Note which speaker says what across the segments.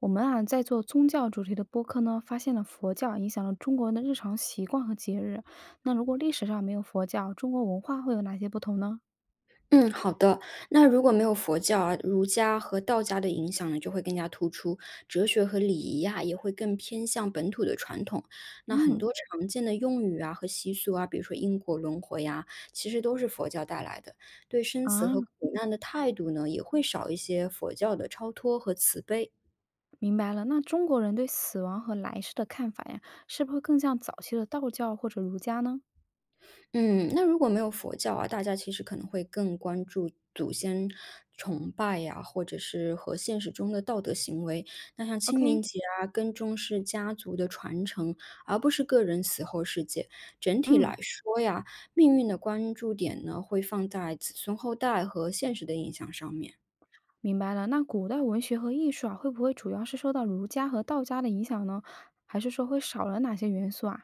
Speaker 1: 我们啊，在做宗教主题的播客呢，发现了佛教影响了中国人的日常习惯和节日。那如果历史上没有佛教，中国文化会有哪些不同呢？
Speaker 2: 嗯，好的。那如果没有佛教啊、儒家和道家的影响呢，就会更加突出。哲学和礼仪啊，也会更偏向本土的传统。那很
Speaker 1: 嗯，
Speaker 2: 多常见的用语啊和习俗啊，比如说因果轮回呀、其实都是佛教带来的。对生死
Speaker 1: 啊，
Speaker 2: 和苦难的态度呢，也会少一些佛教的超脱和慈悲。
Speaker 1: 明白了。那中国人对死亡和来世的看法呀，是不是会更像早期的道教或者儒家呢
Speaker 2: 嗯，那如果没有佛教啊，大家其实可能会更关注祖先崇拜呀、或者是和现实中的道德行为。那像清明
Speaker 1: ？OK，
Speaker 2: 节啊，更重视家族的传承，而不是个人死后世界。整体
Speaker 1: 嗯，
Speaker 2: 来说呀，命运的关注点呢，会放在子孙后代和现实的影响上面。
Speaker 1: 明白了。那古代文学和艺术啊，会不会主要是受到儒家和道家的影响呢？还是说会少了哪些元素啊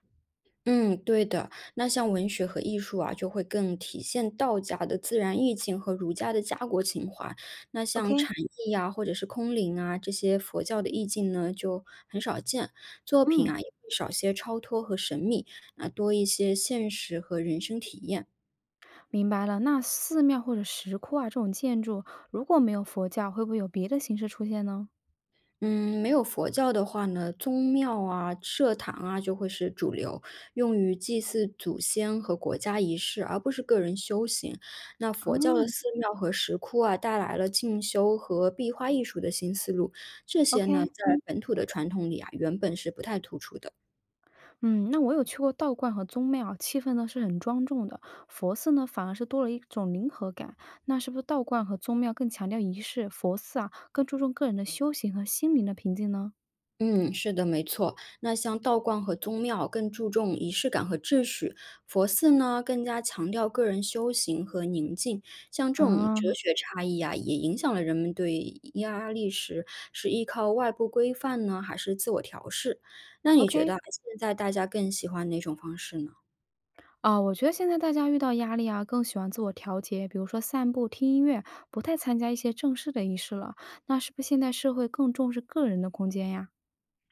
Speaker 2: 嗯，对的。那像文学和艺术啊，就会更体现道家的自然意境和儒家的家国情怀。那像禅
Speaker 1: ？OK，
Speaker 2: 意啊，或者是空灵啊，这些佛教的意境呢，就很少见。作品
Speaker 1: 嗯。
Speaker 2: 啊，也会少些超脱和神秘，啊，多一些现实和人生体验。
Speaker 1: 明白了，那寺庙或者石窟啊这种建筑，如果没有佛教，会不会有别的形式出现呢？
Speaker 2: 嗯，没有佛教的话呢，宗庙啊、社堂啊就会是主流，用于祭祀祖先和国家仪式，而不是个人修行。那佛教的
Speaker 1: 嗯
Speaker 2: 寺庙和石窟啊，带来了进修和壁画艺术的新思路，这些呢，
Speaker 1: ，OK，
Speaker 2: 在本土的传统里啊，原本是不太突出的。
Speaker 1: 嗯，那我有去过道观和宗庙，气氛呢是很庄重的，佛寺呢反而是多了一种灵和感。那是不是道观和宗庙更强调仪式，佛寺啊更注重个人的修行和心灵的平静呢？
Speaker 2: 嗯，是的，没错。那像道观和宗庙更注重仪式感和秩序，佛寺呢更加强调个人修行和宁静。像这种
Speaker 1: 啊
Speaker 2: 哲学差异啊，也影响了人们对压力时是依靠外部规范呢，还是自我调试？那你觉得
Speaker 1: ，OK，
Speaker 2: 啊现在大家更喜欢哪种方式呢？
Speaker 1: 啊，我觉得现在大家遇到压力啊，更喜欢自我调节，比如说散步、听音乐，不太参加一些正式的仪式了。那是不是现在社会更重视个人的空间呀？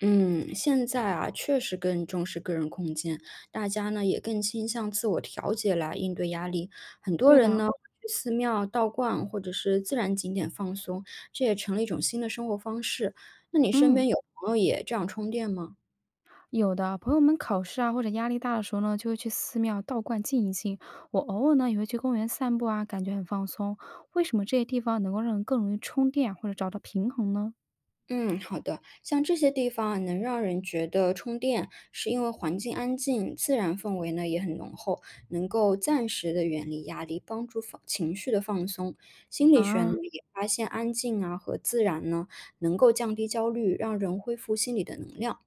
Speaker 2: 嗯，现在啊，确实更重视个人空间，大家呢也更倾向自我调节来应对压力。很多
Speaker 1: 对
Speaker 2: 人
Speaker 1: 的，
Speaker 2: 呢去寺庙、道观或者是自然景点放松，这也成了一种新的生活方式。那你身
Speaker 1: 嗯，
Speaker 2: 边有朋友也这样充电吗？
Speaker 1: 有的朋友们考试啊或者压力大的时候呢，就会去寺庙、道观静一静。我偶尔呢也会去公园散步啊，感觉很放松。为什么这些地方能够让人更容易充电或者找到平衡呢？
Speaker 2: 嗯，好的。像这些地方啊，能让人觉得充电，是因为环境安静，自然氛围呢也很浓厚，能够暂时的远离压力，帮助放情绪的放松。心理学呢
Speaker 1: 啊，
Speaker 2: 也发现，安静啊和自然呢，能够降低焦虑，让人恢复心理的能量。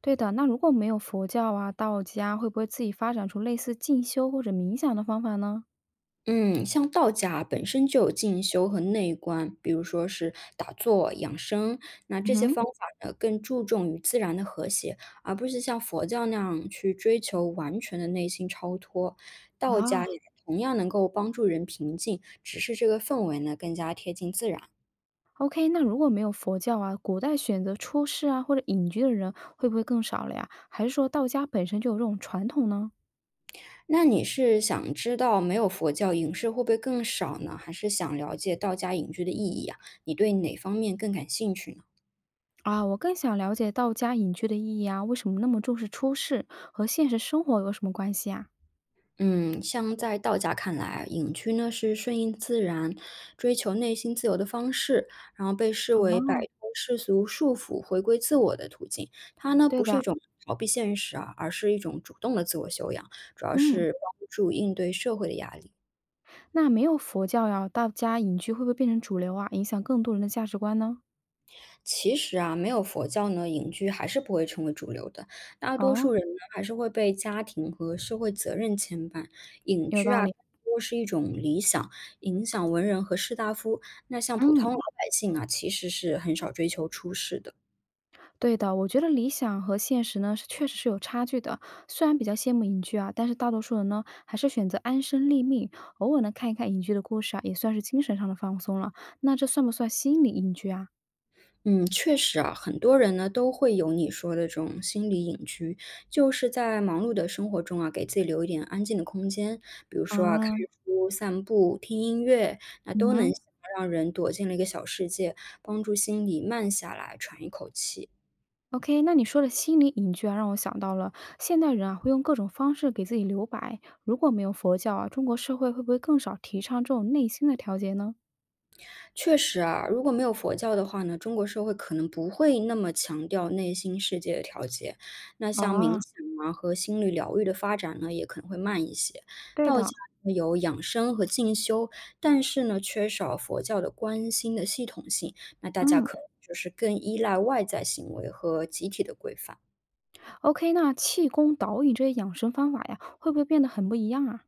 Speaker 1: 对的，那如果没有佛教啊、道家，会不会自己发展出类似进修或者冥想的方法呢？
Speaker 2: 嗯，像道家本身就有静修和内观，比如说是打坐、养生，那
Speaker 1: 嗯
Speaker 2: 这些
Speaker 1: 哼。
Speaker 2: 方法呢，更注重于自然的和谐，而不是像佛教那样去追求完全的内心超脱。道家
Speaker 1: 啊，
Speaker 2: 也同样能够帮助人平静，只是这个氛围呢更加贴近自然。
Speaker 1: OK，那如果没有佛教啊，古代选择出世啊或者隐居的人会不会更少了呀？还是说道家本身就有这种传统呢？
Speaker 2: 那你是想知道没有佛教影视会不会更少呢，还是想了解道家隐居的意义啊？你对哪方面更感兴趣呢？
Speaker 1: 啊，我更想了解道家隐居的意义啊，为什么那么重视出世和现实生活有什么关系啊？
Speaker 2: 嗯，像在道家看来，隐居呢是顺应自然、追求内心自由的方式，然后被视为摆
Speaker 1: 哦，
Speaker 2: 脱世俗束缚、回归自我的途径。它呢
Speaker 1: 对
Speaker 2: 不是一
Speaker 1: 的，
Speaker 2: 种逃避现实啊，而是一种主动的自我修养，主要
Speaker 1: 嗯，
Speaker 2: 是帮助应对社会的压力。
Speaker 1: 那没有佛教呀，道家隐居会不会变成主流啊，影响更多人的价值观呢？
Speaker 2: 其实啊，没有佛教呢，隐居还是不会成为主流的。大多
Speaker 1: 哦，
Speaker 2: 数人呢，还是会被家庭和社会责任牵绊。隐
Speaker 1: 有
Speaker 2: 居
Speaker 1: 道
Speaker 2: 啊，
Speaker 1: 理，
Speaker 2: 更多是一种理想，影响文人和士大夫。那像普
Speaker 1: 嗯。
Speaker 2: 通老百姓啊，其实是很少追求出世的。
Speaker 1: 对的，我觉得理想和现实呢，是确实是有差距的。虽然比较羡慕隐居啊，但是大多数人呢，还是选择安身立命。偶尔呢，看一看隐居的故事啊，也算是精神上的放松了。那这算不算心理隐居啊？
Speaker 2: 嗯，确实啊，很多人呢都会有你说的这种心理隐居，就是在忙碌的生活中啊，给自己留一点安静的空间，比如说啊，看
Speaker 1: 啊，
Speaker 2: 书、散步、听音乐，那都能
Speaker 1: 嗯。
Speaker 2: 让人躲进了一个小世界，帮助心理慢下来，喘一口气。
Speaker 1: OK 那你说的心理隐居啊，让我想到了现代人啊，会用各种方式给自己留白。如果没有佛教啊，中国社会会不会更少提倡这种内心的调节呢？
Speaker 2: 确实啊，如果没有佛教的话呢，中国社会可能不会那么强调内心世界的调节，那像冥
Speaker 1: 啊，
Speaker 2: 想啊和心理疗愈的发展呢，也可能会慢一些。
Speaker 1: 对
Speaker 2: 道
Speaker 1: 的，
Speaker 2: 家呢有养生和进修，但是呢，缺少佛教的关心的系统性，那大家
Speaker 1: 嗯
Speaker 2: 可能就是更依赖外在行为和集体的规范。
Speaker 1: ，OK，那气功、导引这些养生方法呀，会不会变得很不一样啊？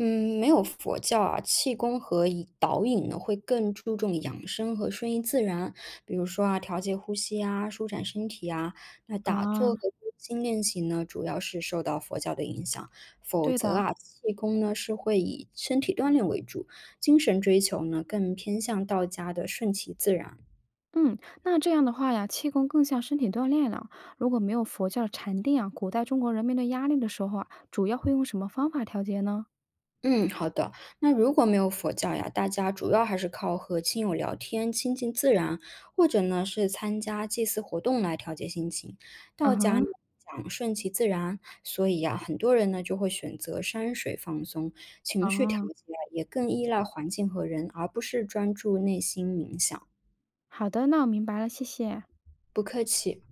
Speaker 2: 嗯，没有佛教啊，气功和以导引呢会更注重养生和顺应自然，比如说啊，调节呼吸啊，舒展身体啊。那打
Speaker 1: 啊，
Speaker 2: 坐和静心练习呢，主要是受到佛教的影响，否
Speaker 1: 对
Speaker 2: 则
Speaker 1: 的，
Speaker 2: 啊，气功呢是会以身体锻炼为主，精神追求呢更偏向道家的顺其自然。
Speaker 1: 嗯，那这样的话呀，气功更像身体锻炼了。如果没有佛教禅定啊，古代中国人面对压力的时候啊，主要会用什么方法调节呢？
Speaker 2: 嗯，好的。那如果没有佛教呀，大家主要还是靠和亲友聊天、亲近自然，或者呢是参加祭祀活动来调节心情。
Speaker 1: 嗯
Speaker 2: 道家呢
Speaker 1: 哼。
Speaker 2: 讲顺其自然，所以呀，很多人呢就会选择山水放松，情绪调节
Speaker 1: 啊，
Speaker 2: 啊也更依赖环境和人，而不是专注内心冥想。
Speaker 1: 好的，那我明白了，谢谢。
Speaker 2: 不客气。